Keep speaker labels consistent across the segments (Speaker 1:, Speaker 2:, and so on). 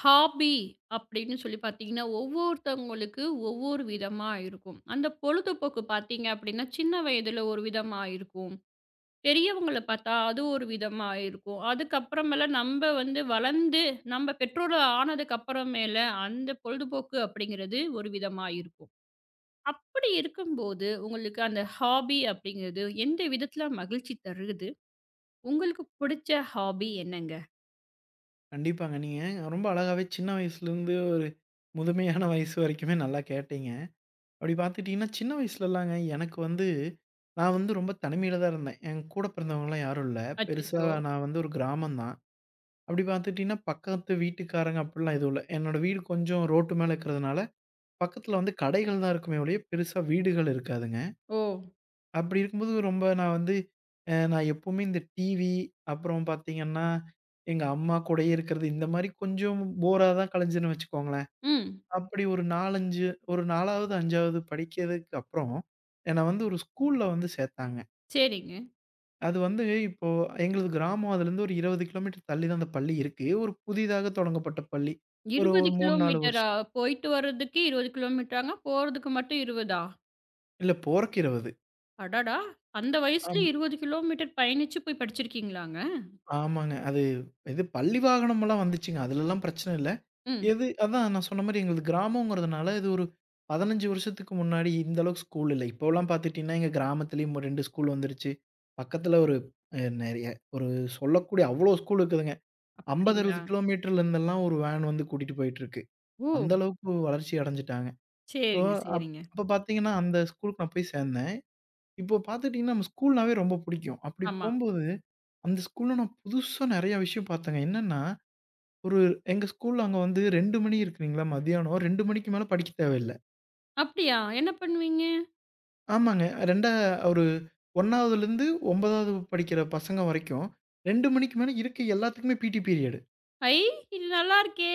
Speaker 1: Hobby அப்படின்னு சொல்லி பார்த்தீங்கன்னா, ஒவ்வொருத்தவங்களுக்கு ஒவ்வொரு விதமா இருக்கும். அந்த பொழுதுபோக்கு பார்த்தீங்க அப்படின்னா, சின்ன வயதில ஒரு விதமா இருக்கும். பெரியவங்கள பார்த்தா அது ஒரு விதமா இருக்கும். அதுக்கப்புறமேல நம்ப வளர்ந்து, நம்ப பெற்றோர் ஆனதுக்கப்புறமேல அந்த பொழுதுபோக்கு அப்படிங்கிறது ஒரு விதமா இருக்கும். அப்படி இருக்கும்போது, உங்களுக்கு அந்த ஹாபி அப்படிங்கிறது எந்த விதத்தில மகிழ்ச்சி தருது? உங்களுக்கு புடிச்ச ஹாபி என்னங்க?
Speaker 2: கண்டிப்பாங்க. நீங்க ரொம்ப அழகாவே சின்ன வயசுலேருந்து ஒரு முதுமையான வயசு வரைக்குமே நல்லா கேட்டீங்க. அப்படி பார்த்துட்டீங்கன்னா, சின்ன வயசுலலாங்க எனக்கு வந்து நான் வந்து ரொம்ப தனிமையில தான் இருந்தேன். என் கூட பிறந்தவங்கலாம் யாரும் இல்ல. பெருசா
Speaker 1: அச்சச்சோ!
Speaker 2: நான் வந்து ஒரு கிராமம் தான். அப்படி பார்த்துட்டீங்கன்னா, பக்கத்து வீட்டுக்காரங்க அப்படிலாம் எதுவும் இல்ல. என்னோட வீடு கொஞ்சம் ரோட்டு மேல இருக்கிறதுனால, பக்கத்துல வந்து கடைகள் தான் இருக்குமே ஒழிய பெருசா வீடுகள் இருக்காதுங்க.
Speaker 1: ஓ!
Speaker 2: அப்படி இருக்கும்போது ரொம்ப நான் வந்து நான் எப்பவுமே இந்த டிவி, அப்புறம் பார்த்தீங்கன்னா, எங்க அம்மா கூடயே இருக்கிறது, இந்த மாரி கொஞ்சம் போரா தான் கழிஞ்சேன்னு வச்சுக்கோங்களேன்.
Speaker 1: ம்.
Speaker 2: அப்படி ஒரு 4, 5 ஒரு 4வது, 5வது படிக்கிறதுக்கு அப்புறம், என்ன வந்து ஒரு ஸ்கூல்ல வந்து சேர்த்தாங்க.
Speaker 1: சரிங்க.
Speaker 2: அது வந்து இப்போ எங்களது கிராமம் அதுலேருந்து ஒரு 20 கிலோமீட்டர் தள்ளி தான் அந்த பள்ளி இருக்கு. ஒரு புதிதாக தொடங்கப்பட்ட பள்ளி. ஒரு
Speaker 1: 20
Speaker 2: ஒரு 3, 4
Speaker 1: கிலோமீட்டரா?
Speaker 2: வருஷம்.
Speaker 1: போயிட்டு வர்றதுக்கு 20 கிலோமீட்டராங்க, போறதுக்கு மட்டும் 20ஆ?
Speaker 2: இல்ல போறக்கு 20.
Speaker 1: அடடா! அந்த வயசுல
Speaker 2: ஆம்.
Speaker 1: 20 கிலோமீட்டர் பயணிச்சு போய் படிச்சிருக்கீங்களாங்க?
Speaker 2: ஆமாங்க. அது இது பள்ளி வாகனமெல்லாம் வந்துச்சுங்க. அதுலலாம் பிரச்சனை இல்ல.
Speaker 1: ம்.
Speaker 2: எது அதான் நான் சொன்ன மாரி எங்களுது கிராமங்கிறதுனால, இது ஒரு 15 வருஷத்துக்கு முன்னாடி இந்த அளவுக்கு ஸ்கூல் இல்ல. இப்போலாம் பார்த்துட்டீங்கன்னா, எங்க கிராமத்திலேயும் ஒரு 2 ஸ்கூல் வந்துருச்சு. பக்கத்தில ஒரு நெறைய ஒரு சொல்லக்கூடிய அவ்ளோ ஸ்கூல் இருக்குதுங்க. 50, 60
Speaker 1: அப்படிங்களா?
Speaker 2: கிலோமீட்டர்ல இருந்தெல்லாம் ஒரு வேன் வந்து கூட்டிட்டு போயிட்டுருக்கு.
Speaker 1: ஓ!
Speaker 2: அந்த அளவுக்கு வளர்ச்சி அடைஞ்சுட்டாங்க. இப்போ
Speaker 1: சரிங்க,
Speaker 2: அப்
Speaker 1: சரிங்க.
Speaker 2: அப்ப பார்த்தீங்கன்னா, அந்த ஸ்கூலுக்கு நான் போய் சேர்ந்தேன். இப்போ பார்த்துட்டீங்கன்னா, நம்ம ஸ்கூல்னாவே ரொம்ப புடிக்கும். அப்படி
Speaker 1: ஆமா.
Speaker 2: போம்போது அந்த ஸ்கூல்ல நான் புதுசா நெறைய விஷயம் பார்த்தேங்க. என்னன்னா, ஒரு எங்க ஸ்கூல்ல அங்க வந்து 2 மணி இருக்குங்களா மதியானம் 2 மணிக்கு மேல படிக்க தேவையில்ல.
Speaker 1: அப்படியா? என்ன பண்ணுவீங்க?
Speaker 2: ஆமாங்க. 2 ஒரு 1வதுலருந்து 9வது படிக்கிற பசங்க வரைக்கும் 2 மணிக்கு மேல இருக்க எல்லாத்துக்குமே பிடி பீரியடு.
Speaker 1: ஐ! இது நல்லா இருக்கே!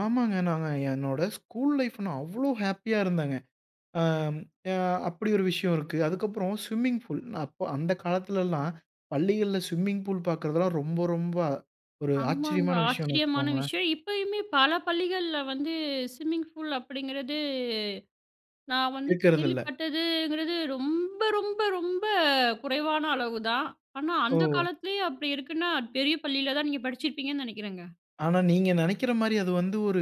Speaker 2: ஆமாங்க. நாங்க என்னோட ஸ்கூல் லைஃப் நான் அவ்ளோ ஹேப்பியா இருந்தேங்க. அ அ அப்படி ஒரு விஷயம் இருக்கு. அதுக்கப்புறம் ஸ்விம்மிங் பூல். அப்போ அந்த காலத்துலலாம் பள்ளிகள்ல ஸ்விம்மிங் பூல் பார்க்கறதெல்லாம் ரொம்ப ரொம்ப ஒரு
Speaker 1: ஆமாங்க.
Speaker 2: ஆச்சரியமான விஷயம்னு
Speaker 1: ஆச்சரியமான
Speaker 2: வச்சுக்கோங்களேன்.
Speaker 1: விஷயம். இப்பயுமே பல பள்ளிகள்ல ஸ்விம்மிங் பூல் அப்படிங்கிறது நான்
Speaker 2: இருக்கிறதில்ல.
Speaker 1: கேள்விப்பட்டதுங்கிறது ரொம்ப, ரொம்ப, ரொம்ப குறைவான அளவு தான். ஆனா,
Speaker 2: ஓ!
Speaker 1: அந்த காலத்திலேயே அப்படி இருக்குன்னா, பெரிய பள்ளியில தான் நீங்க படிச்சிருப்பீங்கன்னு நெனைக்கிறேங்க.
Speaker 2: ஆனா, நீங்க நெனைக்கிற மாரி அது வந்து ஒரு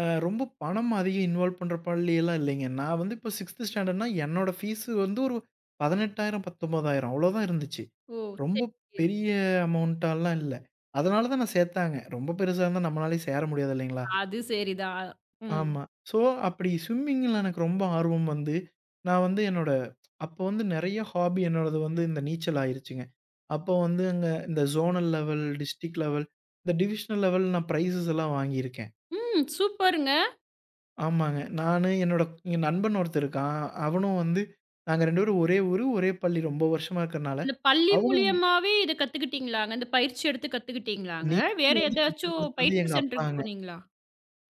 Speaker 2: ரொம்ப பணம் அதிகம் இன்வால்வ் பண்ற பள்ளியெல்லாம் இல்லைங்க. நான் வந்து இப்போ 6த் ஸ்டாண்டர்ட்னா என்னோட ஃபீஸ் வந்து ஒரு 18,000 19,000 அவ்வளோதான் இருந்துச்சு.
Speaker 1: ஓ!
Speaker 2: ரொம்ப
Speaker 1: சரி, சரி.
Speaker 2: பெரிய அமௌண்ட்டாலாம் இல்ல. அதனால தான் நான் சேத்தாங்க. ரொம்ப பெருசா இருந்தா நம்மளாலயும் சேர முடியாது இல்லைங்களா?
Speaker 1: அது சரிதான். ம்.
Speaker 2: ஆமா. ஸோ, அப்படி ஸ்விம்மிங்கில எனக்கு ரொம்ப ஆர்வம் வந்து, நான் வந்து என்னோட அப்போ வந்து நெறைய ஹாபி என்னோடது வந்து இந்த நீச்சல் ஆயிருச்சுங்க. அப்போ வந்து அங்க இந்த ஜோனல் லெவல், டிஸ்ட்ரிக்ட் லெவல், இந்த டிவிஷனல் லெவல் நான் பிரைஸஸ் எல்லாம் வாங்கியிருக்கேன்.
Speaker 1: ம். சூப்பருங்க.
Speaker 2: ஆமாங்க. நானு என் நண்பன் ஒருத்தன் இருக்கான். அவனும் வந்து நாங்க 2 பேரும் ஒரே ஊரு, ஒரே பள்ளி ரொம்ப வருஷமா இருக்கறனால,
Speaker 1: இந்த பள்ளி
Speaker 2: அவனும்
Speaker 1: மூலியமாவே இத கத்துக்கிட்டீங்களாங்க? இந்த பயிற்சி எடுத்து கத்துக்கிட்டீங்களாங்க? வேற
Speaker 2: நீச்சல் வந்து கத்துக்
Speaker 1: ஏதாச்சும்
Speaker 2: குடுத்தது
Speaker 1: பயிற்சி
Speaker 2: எங்க
Speaker 1: சென்டருக்கு
Speaker 2: அப்பாங்க.
Speaker 1: போனீங்களா?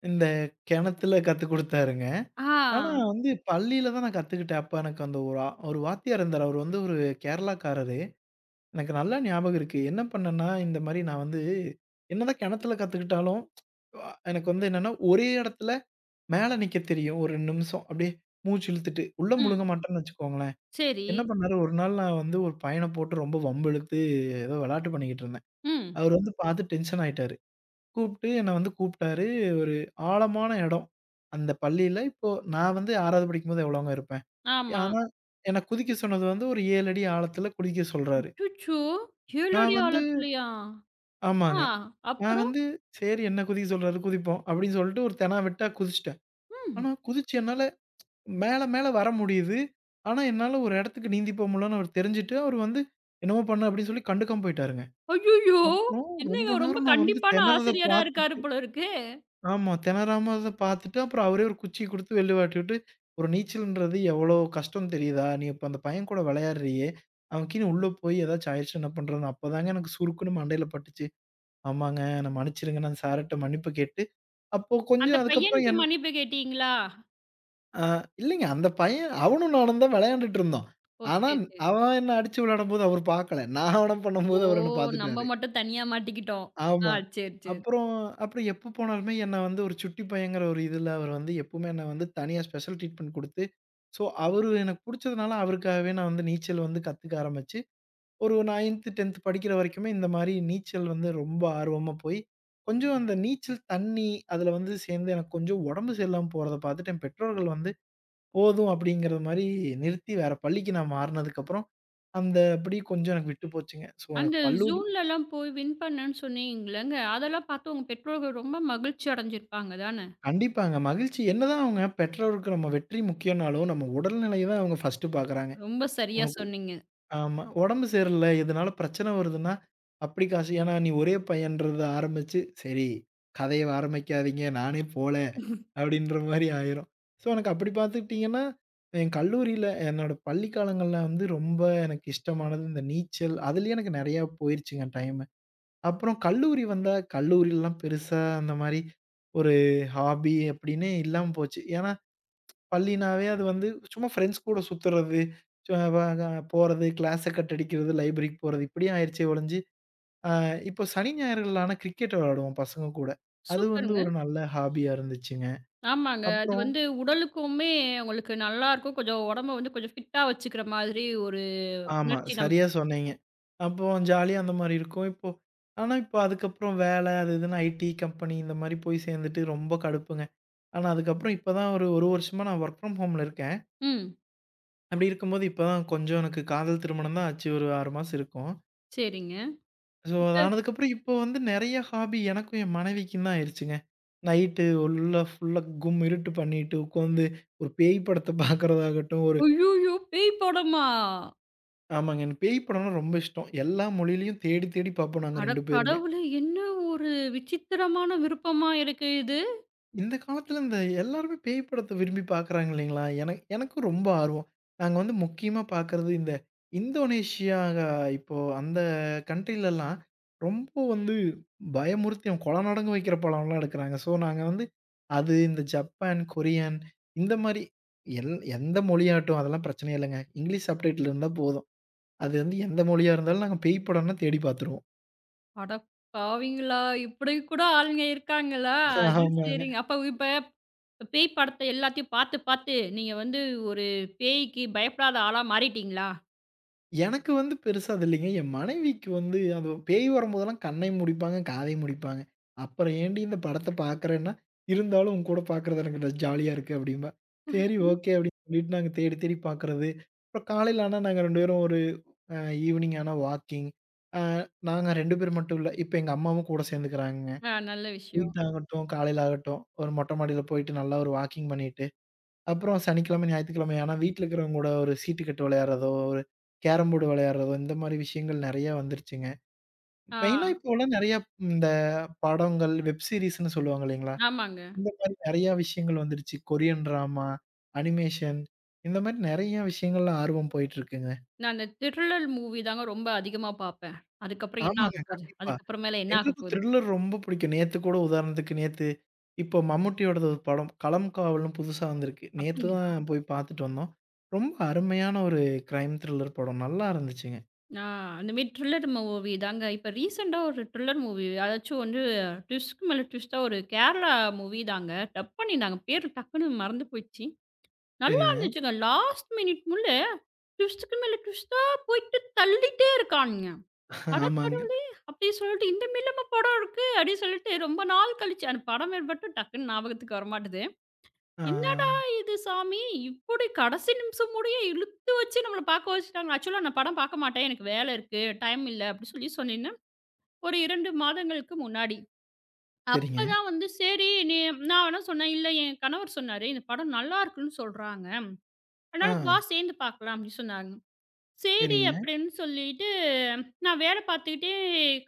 Speaker 2: இந்த கிணத்துல கத்துக் குடுத்தாருங்க.
Speaker 1: ஆ.
Speaker 2: ஆனா வந்து பள்ளியில தான் நான் கத்துக்கிட்டேன். அப்ப எனக்கு அந்த ஒரு ஒரு வாத்தியார் இருந்தாரு. அவரு வந்து ஒரு கேரளாக்காரரு. எனக்கு நல்லா ஞாபகம் இருக்கு. என்ன பண்ணேன்னா, இந்த மாரி நான் வந்து என்னதான் கிணத்துல கத்துக்கிட்டாலும், எனக்கு வந்து என்னன்னா, ஒரே இடத்துல மேல நிக்கத் தெரியும். ஒரு 2 நிமிஷம். அப்படியே மூச்சு இழுத்துட்டு. உள்ள முழுங்க
Speaker 1: ம்.
Speaker 2: மாட்டேன்னு வச்சுக்கோங்களேன்.
Speaker 1: சரி.
Speaker 2: என்ன பண்ணாரு, ஒரு நாள் நான் வந்து ஒரு பையன போட்டு ரொம்ப வம்பு இழுத்து ஏதோ வெளாட்டு பண்ணிக்கிட்டு இருந்தேன்.
Speaker 1: ம்.
Speaker 2: அவரு வந்து பாத்து டென்ஷன் ஆயிட்டாரு. கூப்ட்டு என்ன வந்து கூப்ட்டாரு. ஒரு ஆழமான இடம். அந்த பள்ளியில இப்போ நான் வந்து 6வது படிக்கும்போது எவ்வளோங்க இருப்பேன்.
Speaker 1: ஆமா.
Speaker 2: ஆனா என்ன குதிக்க சொன்னது வந்து ஒரு 7 அடி ஆழத்துல குதிக்க சொல்றாரு.
Speaker 1: அச்சச்சோ! 7
Speaker 2: நான்
Speaker 1: அடி
Speaker 2: வந்து
Speaker 1: ஆழத்துலயா? ஆ.
Speaker 2: ஆமாங்க. நான்
Speaker 1: அப்புறம்?
Speaker 2: வந்து சரி என்ன குதிக்க சொல்றாரு குதிப்போம் அப்டின்னு சொல்லிட்டு ஒரு தெனா விட்டா குதிச்சுட்டேன்.
Speaker 1: ம்.
Speaker 2: ஆனா குதிச்சு என்னால மேல மேல வர முடியுது. ஆனா என்னால ஒரு இடத்துக்கு நீந்தி போ முடியலன்னு அவருக்கு தெரிஞ்சுட்டு, அவரு வந்து என்னமோ பண்ணு அப்டின்னு சொல்லி கண்டுக்காம போய்ட்டாருங்க.
Speaker 1: ஐய்யய்யோ!
Speaker 2: அப்புறம் ரொம்ப
Speaker 1: என்னங்க ரொம்ப
Speaker 2: நேரம் நான் வந்து
Speaker 1: கண்டிப்பான
Speaker 2: திணறத
Speaker 1: ஆசிரியரா இருக்காரு
Speaker 2: பார்த்துட்டு
Speaker 1: போல இருக்கு.
Speaker 2: ஆமா. திணறாம அத பார்த்துட்டு, அப்புறம் அவரே ஒரு குச்சிய குடுத்து வெளில வாட்டி விட்டு, "ஒரு நீச்சல்ன்றது எவ்வளோ கஷ்டம் தெரியுதா? நீ இப்ப அந்த பையன் கூட விளையாடுறியே! அவன் கீழ உள்ள போய் ஏதாச்சும் ஆயிடுச்சுன்னா என்ன பண்றதுன்னு?" அப்பதாங்க எனக்கு சுருக்குன்னு மண்டையில பட்டுச்சு. ஆமாங்க. நான் மன்னிச்சிடுங்க. நான் சார்ட்ட மன்னிப்பு கேட்டு, அப்போ
Speaker 1: அந்த
Speaker 2: கொஞ்சம் அதுக்கப்புறம்
Speaker 1: பையனுக்கு
Speaker 2: என்
Speaker 1: மன்னிப்பு கேட்டீங்களா?
Speaker 2: அ இல்லைங்க. அந்த பையன் அவனும் நானும் தான் விளையாண்டுட்டு இருந்தோம்.
Speaker 1: ஓ!
Speaker 2: ஆனா,
Speaker 1: சரி, சரி.
Speaker 2: அவன் என்ன அடிச்சு விளையாடும்போது அவரு பார்க்கல. நான் அவன
Speaker 1: ஓ!
Speaker 2: பண்ணும்போது அவரு என்ன
Speaker 1: நம்ம
Speaker 2: பார்த்துட்டாரு.
Speaker 1: மட்டும் தனியா மாட்டிக்கிட்டோம். ஆ
Speaker 2: ஆமா.
Speaker 1: சரி, சரி.
Speaker 2: அப்புறம் அப்புறம் எப்ப போனாலுமே என்ன வந்து ஒரு சுட்டி பையங்கிற ஒரு இதுல அவர் வந்து எப்பவுமே என்ன வந்து தனியா ஸ்பெஷல் ட்ரீட்மெண்ட் குடுத்து, ஸோ அவரு எனக்கு புடிச்சதுனால அவருக்காகவே நான் வந்து நீச்சல் வந்து கத்துக்க ஆரம்பிச்சு, ஒரு 9த், 10த் படிக்கிற வரைக்குமே இந்த மாரி நீச்சல் வந்து ரொம்ப ஆர்வமா போய், கொஞ்சம் அந்த நீச்சல் தண்ணி அதுல வந்து சேர்ந்து எனக்கு கொஞ்சம் உடம்பு சரியில்லாம போறத பார்த்துட்டு என் பெற்றோர்கள் வந்து போதும் அப்படிங்கிற மாரி நிறுத்தி வேற பள்ளிக்கு நான் மாறுனதுக்கப்புறம், அந்த படி கொஞ்சம் எனக்கு விட்டு போச்சுங்க. ஸோ எனக்கு
Speaker 1: அந்த
Speaker 2: பள்ளு
Speaker 1: ஜூன்லலாம் போய் வின் பண்ணேன்னு சொன்னீங்கல்லங்க, அதெல்லாம் பார்த்து உங்க பெற்றோர்கள் ரொம்ப மகிழ்ச்சி அடைஞ்சிருப்பாங்க தானே?
Speaker 2: கண்டிப்பாங்க. மகிழ்ச்சி என்னதான் அவங்க பெற்றோருக்கு நம்ம வெற்றி முக்கியம்னாலும், நம்ம உடல்நிலைய தான் அவங்க ஃபர்ஸ்ட்டு பார்க்குறாங்க.
Speaker 1: ரொம்ப சரியா
Speaker 2: உனக்கு
Speaker 1: சொன்னீங்க.
Speaker 2: ஆமா. உடம்பு சரியில்ல, இதனால பிரச்சனை வருதுன்னா, அப்படி காசு ஏன்னா நீ ஒரே பையன்றத ஆரம்பிச்சு, சரி கதைய ஆரம்பிக்காதீங்க, நானே போல அப்படின்ற மாரி ஆயிரும். ஸோ எனக்கு அப்படி பார்த்துக்கிட்டீங்கன்னா, என் கல்லூரியில என்னோட பள்ளி காலங்கள்ல வந்து ரொம்ப எனக்கு இஷ்டமானது இந்த நீச்சல். அதிலயே எனக்கு நெறையா போயிருச்சுங்க டைமு. அப்புறம் கல்லூரி வந்தா, கல்லூரிலலாம் பெருசா அந்த மாரி ஒரு ஹாபி அப்டின்னே இல்லாம போச்சு. ஏன்னா, பள்ளினாவே அது வந்து சும்மா ஃப்ரெண்ட்ஸ் கூட சுத்துறது, சு வ க போறது, கிளாஸ கட் அடிக்கிறது, லைப்ரரிக்கு போறது இப்படியே ஆயிருச்சே ஒழிஞ்சு, அ இப்போ சனி, ஞாயிறுகள்ல ஆனா கிரிக்கெட் விளையாடுவோம் பசங்க கூட. அது வந்து
Speaker 1: சூப்பருங்க.
Speaker 2: ஒரு நல்ல ஹாபியா இருந்துச்சுங்க.
Speaker 1: ஆமாங்க. அது
Speaker 2: அப்புறம்
Speaker 1: உடலுக்குமே உங்களுக்கு நல்லாருக்கும். கொஞ்சம் உடம்ப கொஞ்சம் ஃபிட்டா வச்சுக்கிற மாதிரி ஒரு
Speaker 2: ஆமா,
Speaker 1: உணர்ச்சி நமக்கு
Speaker 2: சரியா
Speaker 1: கிடைக்கும்.
Speaker 2: சொன்னீங்க. அப்போ ஜாலியா அந்த மாரி இருக்கும். இப்போ ஆனா இப்போ அதுக்கப்புறம் வேல அது இதுன்னு ஐடி கம்பெனி இந்த மாரி போய் சேர்ந்துட்டு ரொம்ப கடுப்புங்க. ஆனா, அதுக்கப்புறம் இப்ப தான் ஒரு 1 வருஷமா நான் வொர்க் ஃப்ரம் ஹோம்ல இருக்கேன்.
Speaker 1: ம்.
Speaker 2: அப்படி இருக்கும்போது இப்ப தான் கொஞ்சம் எனக்கு காதல் திருமணம் தான் ஆச்சு. ஒரு 6 மாசம் இருக்கும்.
Speaker 1: சரிங்க.
Speaker 2: ஸோ,
Speaker 1: இப்ப
Speaker 2: அது ஆனதுக்கப்புறம் இப்போ வந்து நெறைய ஹாபி எனக்கும் என் மனைவிக்கும் தான் ஆயிருச்சுங்க. நைட்டு உள்ள ஃபுல்லா கும் இருட்டு பண்ணிட்டு உட்காந்து ஒரு பேய் படத்த பார்க்கறதாகட்டும், ஒரு
Speaker 1: ஐய்யய்யோ! பேய் படமா?
Speaker 2: ஆமாங்க. எனக்கு பேய் படம்னா ரொம்ப இஷ்டம். எல்லா மொழியிலயும் தேடி தேடி பார்ப்போம் நாங்க
Speaker 1: அட
Speaker 2: 2 பேருமே.
Speaker 1: கடவுளே! என்ன ஒரு விசித்திரமான விருப்பமா இருக்கு இது.
Speaker 2: இந்த காலத்துல இந்த எல்லாருமே பேய் படத்த விரும்பி பார்க்குறாங்க இல்லைங்களா? எனக்கும் ரொம்ப ஆர்வம். நாங்க வந்து முக்கியமா பார்க்குறது இந்த இந்தோனேஷியா இப்போ அந்த கண்ட்ரிலலாம் ரொம்ப வந்து பயமுறுத்தி அவங்க கொலை நடங்க வைக்கிற படம்லாம் எடுக்குறாங்க. ஸோ நாங்க வந்து அது இந்த ஜப்பான், கொரியன் இந்த மாரி எல் எந்த மொழியாட்டும் அதெல்லாம் பிரச்சனையே இல்லங்க. இங்கிலீஷ் சப்டைட்டில் இருந்தா போதும். அது வந்து எந்த மொழியா இருந்தாலும் நாங்க பேய் படம்னா தேடி பார்த்துருவோம்.
Speaker 1: அட பாவிங்களா! இப்படி கூட ஆளுங்க இருக்காங்களா? அது
Speaker 2: ஆமாங்க.
Speaker 1: சரிங்க. அப்ப இப்ப பேய் படத்த எல்லாத்தையும் பார்த்து, பார்த்து நீங்க ஒரு பேய்க்கு பயப்படாத ஆளா மாறிட்டீங்களா?
Speaker 2: எனக்கு வந்து பெருசா அது இல்லைங்க. என் மனைவிக்கு வந்து அது பேய் வரும்போதெல்லாம் கண்ணையும் முடிப்பாங்க, காதையும் முடிப்பாங்க. "அப்புறம் ஏன்டி இந்த படத்த பார்க்குறேன்னா, இருந்தாலும் உன் கூட பார்க்குறது எனக்கு ட ஜாலியா இருக்கு" அப்படிம்பா. சரி ஓகே அப்படின்னு சொல்லிட்டு நாங்க தேடி தேடி பார்க்குறது. அப்புறம் காலையில ஆனா நாங்க 2 பேரும் ஒரு அ ஈவினிங் ஆனா வாக்கிங். அ நாங்க 2 பேர் மட்டும் இல்ல. இப்ப எங்க அம்மாவும் கூட சேர்ந்துக்கிறாங்கங்க.
Speaker 1: ஆ நல்ல விஷயம்.
Speaker 2: நைட் ஆகட்டும், காலையில ஆகட்டும் ஒரு மொட்டை மாடியில போயிட்டு நல்லா ஒரு வாக்கிங் பண்ணிட்டு அப்புறம் சனிக்கிழமை, ஞாயித்துக்கிழமை ஆனா வீட்ல இருக்கிறவங்க கூட ஒரு சீட்டுக்கட்டு விளையாடுறதோ, ஒரு கேரம் போர்டு விளையாடுறதோ, இந்த மாரி விஷயங்கள் நெறைய வந்துருச்சுங்க.
Speaker 1: ஆ
Speaker 2: மெயினா இப்போலாம் நெறைய இந்த படங்கள், வெப் சீரிஸ்ன்னு சொல்லுவாங்க இல்லைங்களா?
Speaker 1: ஆமாங்க.
Speaker 2: இந்த மாரி நெறைய விஷயங்கள் வந்துருச்சு. கொரியன் டிராமா, அனிமேஷன் இந்த மாரி நெறைய விஷயங்கள்ல ஆர்வம் போயிட்டு இருக்குங்க.
Speaker 1: நான் அந்த த்ரில்லர் மூவி தாங்க ரொம்ப அதிகமா பார்ப்பேன். அதுக்கப்புறம் என்ன
Speaker 2: ஆமாங்க.
Speaker 1: ஆகப்போது?
Speaker 2: கண்டிப்பா.
Speaker 1: அதுக்கப்புறமேல என்ன
Speaker 2: எங்களுக்கும்
Speaker 1: ஆகப்போது?
Speaker 2: த்ரில்லர் ரொம்ப பிடிக்கும். நேத்து கூட உதாரணத்துக்கு நேத்து இப்போ மம்முட்டியோடது ஒரு படம். களம் காவல்னு புதுசா வந்திருக்கு. நேத்து
Speaker 1: அப்படி
Speaker 2: தான் போய் பார்த்துட்டு வந்தோம். ரொம்ப அருமையான ஒரு கிரைம் த்ரில்லர் படம். நல்லா இருந்துச்சுங்க.
Speaker 1: ஆ அந்த மாரி த்ரில்லர் மூவி தாங்க. இப்ப ரீசென்ட்டா ஒரு த்ரில்லர் மூவி அதாச்சும் ட்விஸ்ட்க்கு மேல ட்விஸ்ட்டா ஒரு கேரளா மூவி தாங்க. டப் பண்ணியிருந்தாங்க. பேரு டக்குன்னு மறந்து போயிடுச்சு. நல்லா
Speaker 2: சரிங்க.
Speaker 1: இருந்துச்சுங்க. லாஸ்ட் மினிட் முள்ள ட்விஸ்ட்டுக்கு மேல ட்விஸ்ட்டா போயிட்டு தள்ளிட்டே இருக்கானுங்க. அட
Speaker 2: ஆமாங்க.
Speaker 1: கடவுளே! அப்டி சொல்லிட்டு இந்த மாரிலாமா படம் இருக்கு? அப்டின்னு சொல்லிட்டு ரொம்ப நாள் கழிச்சு அந்த படம் பேர் மட்டும் டக்குன்னு ஞாபகத்துக்கு வரமாட்டுது.
Speaker 2: ஆ.
Speaker 1: இது சாமி? இப்படி கடைசி நிமிஷம் முடிய இழுத்து வச்சு நம்மள பார்க்க வச்சுட்டாங்க. ஆக்சுவலா நான் படம் பார்க்க மாட்டேன். எனக்கு வேலை இருக்கு, டைம் இல்ல அப்படி சொல்லி சொன்னேன்னா, ஒரு 2 மாதங்களுக்கு முன்னாடி.
Speaker 2: சரிங்க.
Speaker 1: அப்பதான் சரி நீ நான் வேணா சொன்னேன், "இல்ல என் கணவர் சொன்னாரு, இந்த படம் நல்லா இருக்குன்னு சொல்றாங்க.
Speaker 2: ஆ.
Speaker 1: அதனால வா சேர்ந்து பார்க்கலாம்" அப்படின்னு சொன்னாங்க. சரி
Speaker 2: சரிங்க.
Speaker 1: அப்படின்னு சொல்லிட்டு, நான் வேலை பார்த்துக்கிட்டே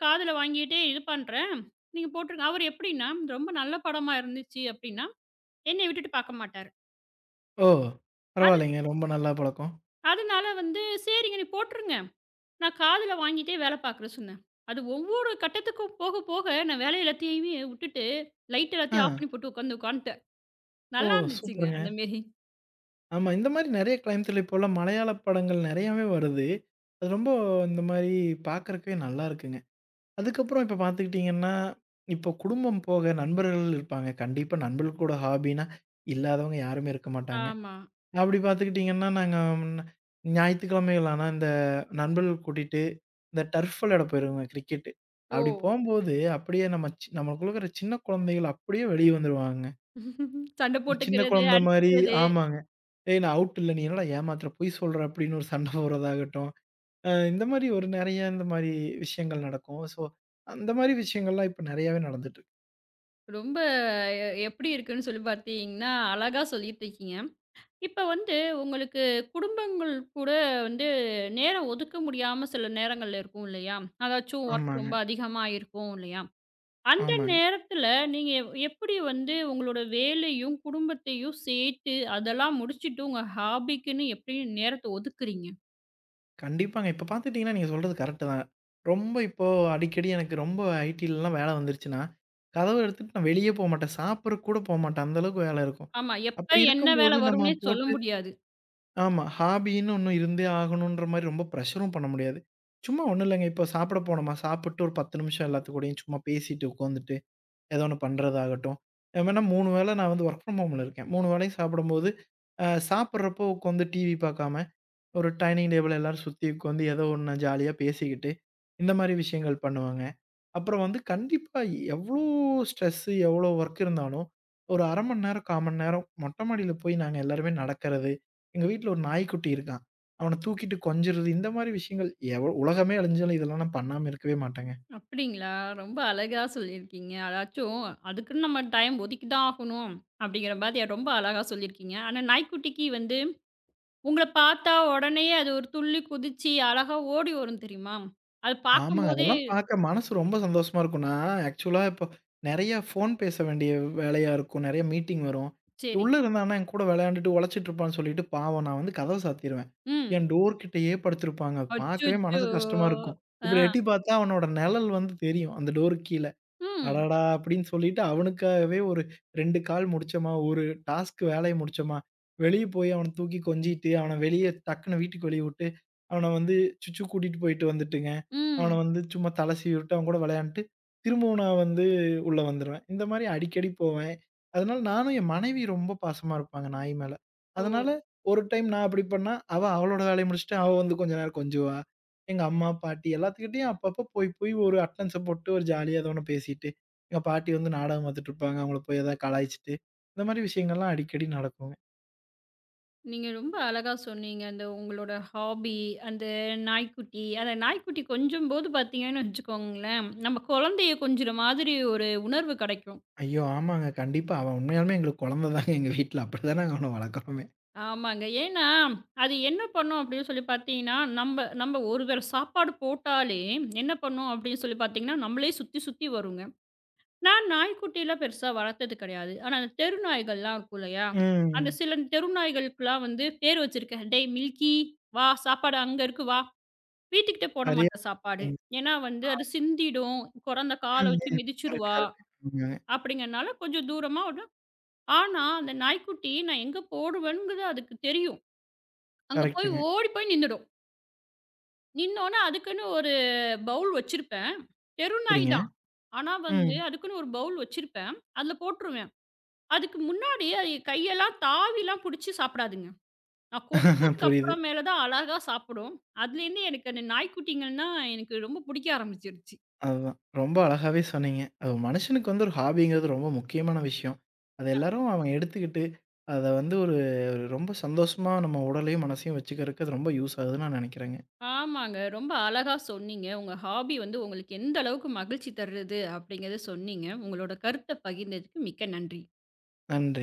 Speaker 1: காதுல வாங்கிட்டே இது பண்றேன். நீங்க போட்டுருங்க. அவரு எப்படின்னா, ரொம்ப நல்ல படமா இருந்துச்சு அப்படின்னா, என்னைய விட்டுட்டு பார்க்க மாட்டாரு.
Speaker 2: ஓ!
Speaker 1: அது
Speaker 2: பரவாயில்லைங்க. ரொம்ப நல்ல பழக்கம்.
Speaker 1: அதனால சரிங்க நீ போட்டுருங்க. நான் காதுல வாங்கிட்டே வேலை பார்க்குறேன் சொன்னேன். அது ஒவ்வொரு கட்டத்துக்கும் போக, போக நான் வேலை எல்லாத்தையுமே விட்டுட்டு, லைட்
Speaker 2: ஆ.
Speaker 1: எல்லாத்தையும் ஆஃப் பண்ணி போட்டு உட்காந்து உட்காந்துட்டேன்.
Speaker 2: ஓ!
Speaker 1: நல்லா இருந்துச்சுங்க
Speaker 2: சூப்பருங்க.
Speaker 1: அந்த மேரி.
Speaker 2: ஆமா. இந்த மாரி நெறைய கிரைம் த்ரில்லர் இப்போலாம் மலையாள படங்கள் நெறையாவே வருது. அது ரொம்ப இந்த மாரி பார்க்கறக்கே நல்லாருக்கு. அதுக்கப்புறம் இப்ப பார்த்துக்கிட்டீங்கன்னா, இப்போ குடும்பம் போக நண்பர்கள் இருப்பாங்க. கண்டிப்பா நண்பர்கள் கூட ஹாபின்னா, இல்லாதவங்க யாருமே இருக்க மாட்டாங்க.
Speaker 1: ஆமா.
Speaker 2: அப்படி பார்த்துக்கிட்டீங்கன்னா, நாங்க ம் ஞாயித்துக்கிழமைகள் ஆனா இந்த நண்பர்கள் கூட்டிட்டு, இந்த டர்ஃப் விளையாட போயிருவோங்க கிரிக்கெட்டு.
Speaker 1: ஓ!
Speaker 2: அப்படி போம்போது, அப்படியே நம்ம நம்மளுக்குள்ள இருக்கிற சின்ன குழந்தைகள் அப்படியே வெளிய வந்துருவாங்க.
Speaker 1: சண்டை
Speaker 2: சின்ன
Speaker 1: போட்டுக்கிறது,
Speaker 2: குழந்தை மாரி
Speaker 1: அடிச்சுக்கிறது.
Speaker 2: ஆமாங்க. "ஏய் நான் அவுட் இல்ல, நீ என்னடா ஏமாத்துற? பொய் சொல்ற" அப்படின்னு ஒரு சண்டை போடுறதாகட்டும். இந்த மாரி ஒரு நெறைய இந்த மாரி விஷயங்கள் நடக்கும். ஸோ, அந்த மாரி விஷயங்கள்லாம் இப்ப நெறையாவே நடந்துட்டுருக்கு.
Speaker 1: ரொம்ப எப்படி இருக்குன்னு சொல்லி பார்த்தீங்கன்னா, அழகா சொல்லிட்டு இருக்கீங்க. இப்ப உங்களுக்கு குடும்பங்கள் கூட வந்து நேரம் ஒதுக்க முடியாம சில நேரங்கள்ல இருக்கும் இல்லையா? அதாச்சும் ஒர்க்
Speaker 2: ஆமாங்க.
Speaker 1: ரொம்ப அதிகமா இருக்கும் இல்லையா? அந்த
Speaker 2: ஆமாங்க.
Speaker 1: நேரத்துல நீங்க எப்படி உங்களோட வேலையும், குடும்பத்தையும் சேர்த்து அதெல்லாம் முடிச்சுட்டு உங்க ஹாபிக்குன்னு எப்படி நேரத்த ஒதுக்குறீங்க?
Speaker 2: கண்டிப்பாங்க. இப்ப பார்த்துக்கிட்டீங்கன்னா, நீங்க சொல்றது கரெக்ட்டு தான். ரொம்ப இப்போ அடிக்கடி எனக்கு ரொம்ப ஐடிலலாம் வேல வந்துருச்சுன்னா, கதவ எடுத்துட்டு நான் வெளியே போமாட்டேன். சாப்பிடறக்கு கூட போமாட்டேன். அந்த அளவுக்கு வேல இருக்கும்.
Speaker 1: ஆமா.
Speaker 2: அப்படி
Speaker 1: எப்ப என்ன
Speaker 2: இருக்கும்போது
Speaker 1: வேலை
Speaker 2: நம்ம
Speaker 1: வரும்னே சொல்ல
Speaker 2: போட்டு
Speaker 1: முடியாது.
Speaker 2: ஆமா. ஹாபின்னு ஒண்ணு இருந்தே ஆகணுன்ற மாரி ரொம்ப ப்ரெஷரும் பண்ண முடியாது. சும்மா ஒண்ணும் இல்லங்க. இப்போ சாப்பிட போனோமா, சாப்பிட்டு ஒரு 10 நிமிஷம் எல்லாத்து கூடயும் சும்மா பேசிட்டு உட்காந்துட்டு ஏதோ ஒண்ணு பண்றதாகட்டும். ஏன்னா 3 வேள நான் வந்து வொர்க் ஃப்ரம் ஹோம்ல இருக்கேன். 3 வேளையும் சாப்பிடும்போது, சாப்பிடுறப்போ உட்காந்து டிவி பார்க்காம, ஒரு டைனிங் டேபிள் எல்லாரும் சுத்தி உட்காந்து ஏதோ ஒண்ணு ஜாலியா பேசிக்கிட்டு, இந்த மாரி விஷயங்கள் பண்ணுவேங்க. அப்புறம் வந்து கண்டிப்பா எவ்ளோ ஸ்ட்ரெஸ், எவ்ளோ ஒர்க் இருந்தாலும், ஒரு 1/2 மணி நேரம், 1/4 மணி நேரம் மொட்டை மாடியில போய் நாங்க எல்லாருமே நடக்கிறது. எங்க வீட்ல ஒரு நாய்க்குட்டி இருக்கான். அவன தூக்கிட்டு கொஞ்சுறது, இந்த மாரி விஷயங்கள் உலகமே அழிஞ்சாலும் இதெல்லாம் நான் பண்ணாம இருக்கவே மாட்டேங்க.
Speaker 1: அப்படிங்களா? ரொம்ப அழகா சொல்லியிருக்கீங்க. அதாச்சும் அதுக்குன்னு நம்ம டைம் ஒதுக்கி தான் ஆகணும் அப்படிங்கிற மாதிரி ரொம்ப அழகா சொல்லியிருக்கீங்க. ஆனா நாய்க்குட்டிக்கு உங்கள பார்த்தா உடனேயே அது ஒரு துள்ளி குதிச்சு அழகா ஓடி வரும் தெரியுமா? அது
Speaker 2: ஆமாங்க.
Speaker 1: பார்க்கும்போதே
Speaker 2: அதெல்லாம் பார்க்க மனசு ரொம்ப சந்தோஷமா இருக்கும். நான் ஆக்சுவலா இப்போ நெறைய ஃபோன் பேச வேண்டிய வேலையா இருக்கும். நெறைய மீட்டிங் வரும். உள்ள
Speaker 1: சரிங்க.
Speaker 2: இருந்தான்னா, என் கூட விளையாண்டுட்டு உழைச்சிட்டு இருப்பான்னு சொல்லிட்டு பாவம் நான் வந்து கதவ சாத்திருவேன்.
Speaker 1: ம்.
Speaker 2: என் டோர் கிட்டயே படுத்திருப்பாங்க. அது பார்க்கவே
Speaker 1: அச்சச்சோ!
Speaker 2: மனசு கஷ்டமா இருக்கும். இப்படி
Speaker 1: ஆ.
Speaker 2: எட்டி பார்த்தா அவனோட நிழல் வந்து தெரியும். அந்த டோருக்கு கீழ.
Speaker 1: ம்.
Speaker 2: அடடா! அப்படின்னு சொல்லிட்டு அவனுக்காகவே ஒரு 2 கால் முடிச்சோமா, ஒரு டாஸ்க் வேலைய முடிச்சோமா, வெளிய போய் அவன தூக்கி கொஞ்சிட்டு, அவன வெளிய டக்குன்னு வீட்டுக்கு வெளிய விட்டு, அவன வந்து சுச்சு கூட்டிட்டு போயிட்டு வந்துட்டுங்க. அவன
Speaker 1: ம்.
Speaker 2: வந்து சும்மா தல சீவி விட்டு, அவன் கூட விளையாண்டுட்டு, திரும்பவும் நான் வந்து உள்ள வந்துருவேன். இந்த மாரி அடிக்கடி போவேன். அதனால நானும் என் மனைவி ரொம்ப பாசமா இருப்பாங்க நாய் மேல.
Speaker 1: ஓ!
Speaker 2: அதனால ஒரு டைம் நான் அப்படி பண்ணா, அவளோட வேலைய முடிச்சுட்டு, அவ வந்து கொஞ்ச நேரம் கொஞ்சுவா. எங்க அம்மா, பாட்டி எல்லாத்துக்கிட்டயும் அப்பப்ப போய் போய் ஒரு அட்டெண்டன்ஸ போட்டு ஒரு ஜாலியா ஏதோ ஒண்ணு பேசிட்டு எங்க பாட்டி வந்து நாடகம் பார்த்துட்டுருப்பாங்க. அவங்கள போய் ஏதாவது கலாய்ச்சுட்டு, இந்த மாரி விஷயங்கள்லாம் அடிக்கடி நடக்குங்க.
Speaker 1: நீங்க ரொம்ப அழகா சொன்னீங்க. அந்த உங்களோட ஹாபி, அந்த நாய்க்குட்டி, அந்த நாய்க்குட்டி கொஞ்சம்போது பார்த்தீங்கன்னு வச்சுக்கோங்களேன், நம்ம குழந்தைய கொஞ்சுற மாதிரி ஒரு உணர்வு கிடைக்கும்.
Speaker 2: ஐயோ! ஆமாங்க. கண்டிப்பா. அவன் உண்மையாலுமே எங்களுக்கு குழந்த தாங்க எங்க வீட்ல. அப்படிதான் நாங்க அவன வளர்க்குறோமே.
Speaker 1: ஆமாங்க. ஏன்னா, அது என்ன பண்ணும் அப்படின்னு சொல்லி பார்த்தீங்கன்னா, நம்ப நம்ப ஒரு வேள சாப்பாடு போட்டாலே என்ன பண்ணும் அப்படின்னு சொல்லி பார்த்தீங்கன்னா, நம்மளே சுத்தி சுத்தி வருங்க. நான் நாய்க்குட்டிலாம் பெருசா வளர்த்தது கிடையாது. ஆனா, அந்த தெரு நாய்கள்லாம் இருக்கும் இல்லையா? அந்த
Speaker 2: ம்.
Speaker 1: சில தெரு நாய்களுக்குலாம் பேர் வச்சிருக்கேன். "டேய் மில்கி, வா சாப்பாடு அங்க இருக்கு வா." வீட்டுக்கிட்ட போட
Speaker 2: சரியா
Speaker 1: மாட்டேன் சாப்பாடு.
Speaker 2: சொன்னீங்க.
Speaker 1: ஏன்னா அது சிந்திடும். குரந்த கால
Speaker 2: ம்,
Speaker 1: வச்சு
Speaker 2: ம். கரெக்ட்,
Speaker 1: மிதிச்சுருவா.
Speaker 2: கரெக்ட். ஆமாங்க.
Speaker 1: அப்படிங்கிறனால கொஞ்சம் தூரமா விட ஆனா, அந்த நாய்க்குட்டி நான் எங்க போடுவேன்ங்கிறது அதுக்கு தெரியும். அங்க போய்
Speaker 2: கரெக்ட்டுங்க.
Speaker 1: ஓடி போய் நின்னுடும். நின்னோன அதுக்குன்னு ஒரு பவுல் வச்சிருப்பேன். தெரு நாய்
Speaker 2: சரிங்க.
Speaker 1: தான். ஆனா
Speaker 2: ம்.
Speaker 1: அதுக்குன்னு ஒரு பவுல் வச்சிருப்பேன். அதுல போட்டுருவேன். அதுக்கு முன்னாடி அது கையெல்லாம் தாவிலாம் புடிச்சு சாப்பிடாதுங்க. நான் கொட்னதுக்கு
Speaker 2: புரியுது.
Speaker 1: அப்புறம் மேல தான் அழகா சாப்பிடும். அதுலேருந்து எனக்கு அந்த நாய்க்குட்டிங்கன்னா எனக்கு ரொம்ப புடிக்க ஆரம்பிச்சுருச்சு.
Speaker 2: அதுதான். ரொம்ப அழகாவே சொன்னீங்க. அது ஒரு மனுஷனுக்கு வந்து ஒரு ஹாபிங்கிறது ரொம்ப முக்கியமான விஷயம். அத எல்லாரும் அவன் எடுத்துக்கிட்டு, அத வந்து ஒரு ஒரு ரொம்ப சந்தோஷமா நம்ம உடலையும், மனசையும் வச்சுக்கிறதுக்கு அது ரொம்ப யூஸ் ஆகுதுன்னு நான் நெனைக்கிறேங்க.
Speaker 1: ஆமாங்க. ரொம்ப அழகா சொன்னீங்க. உங்க ஹாபி உங்களுக்கு எந்த அளவுக்கு மகிழ்ச்சி தருது அப்படிங்கிறத சொன்னீங்க. உங்களோட கருத்த பகிர்ந்ததுக்கு மிக்க நன்றி.
Speaker 2: நன்றி.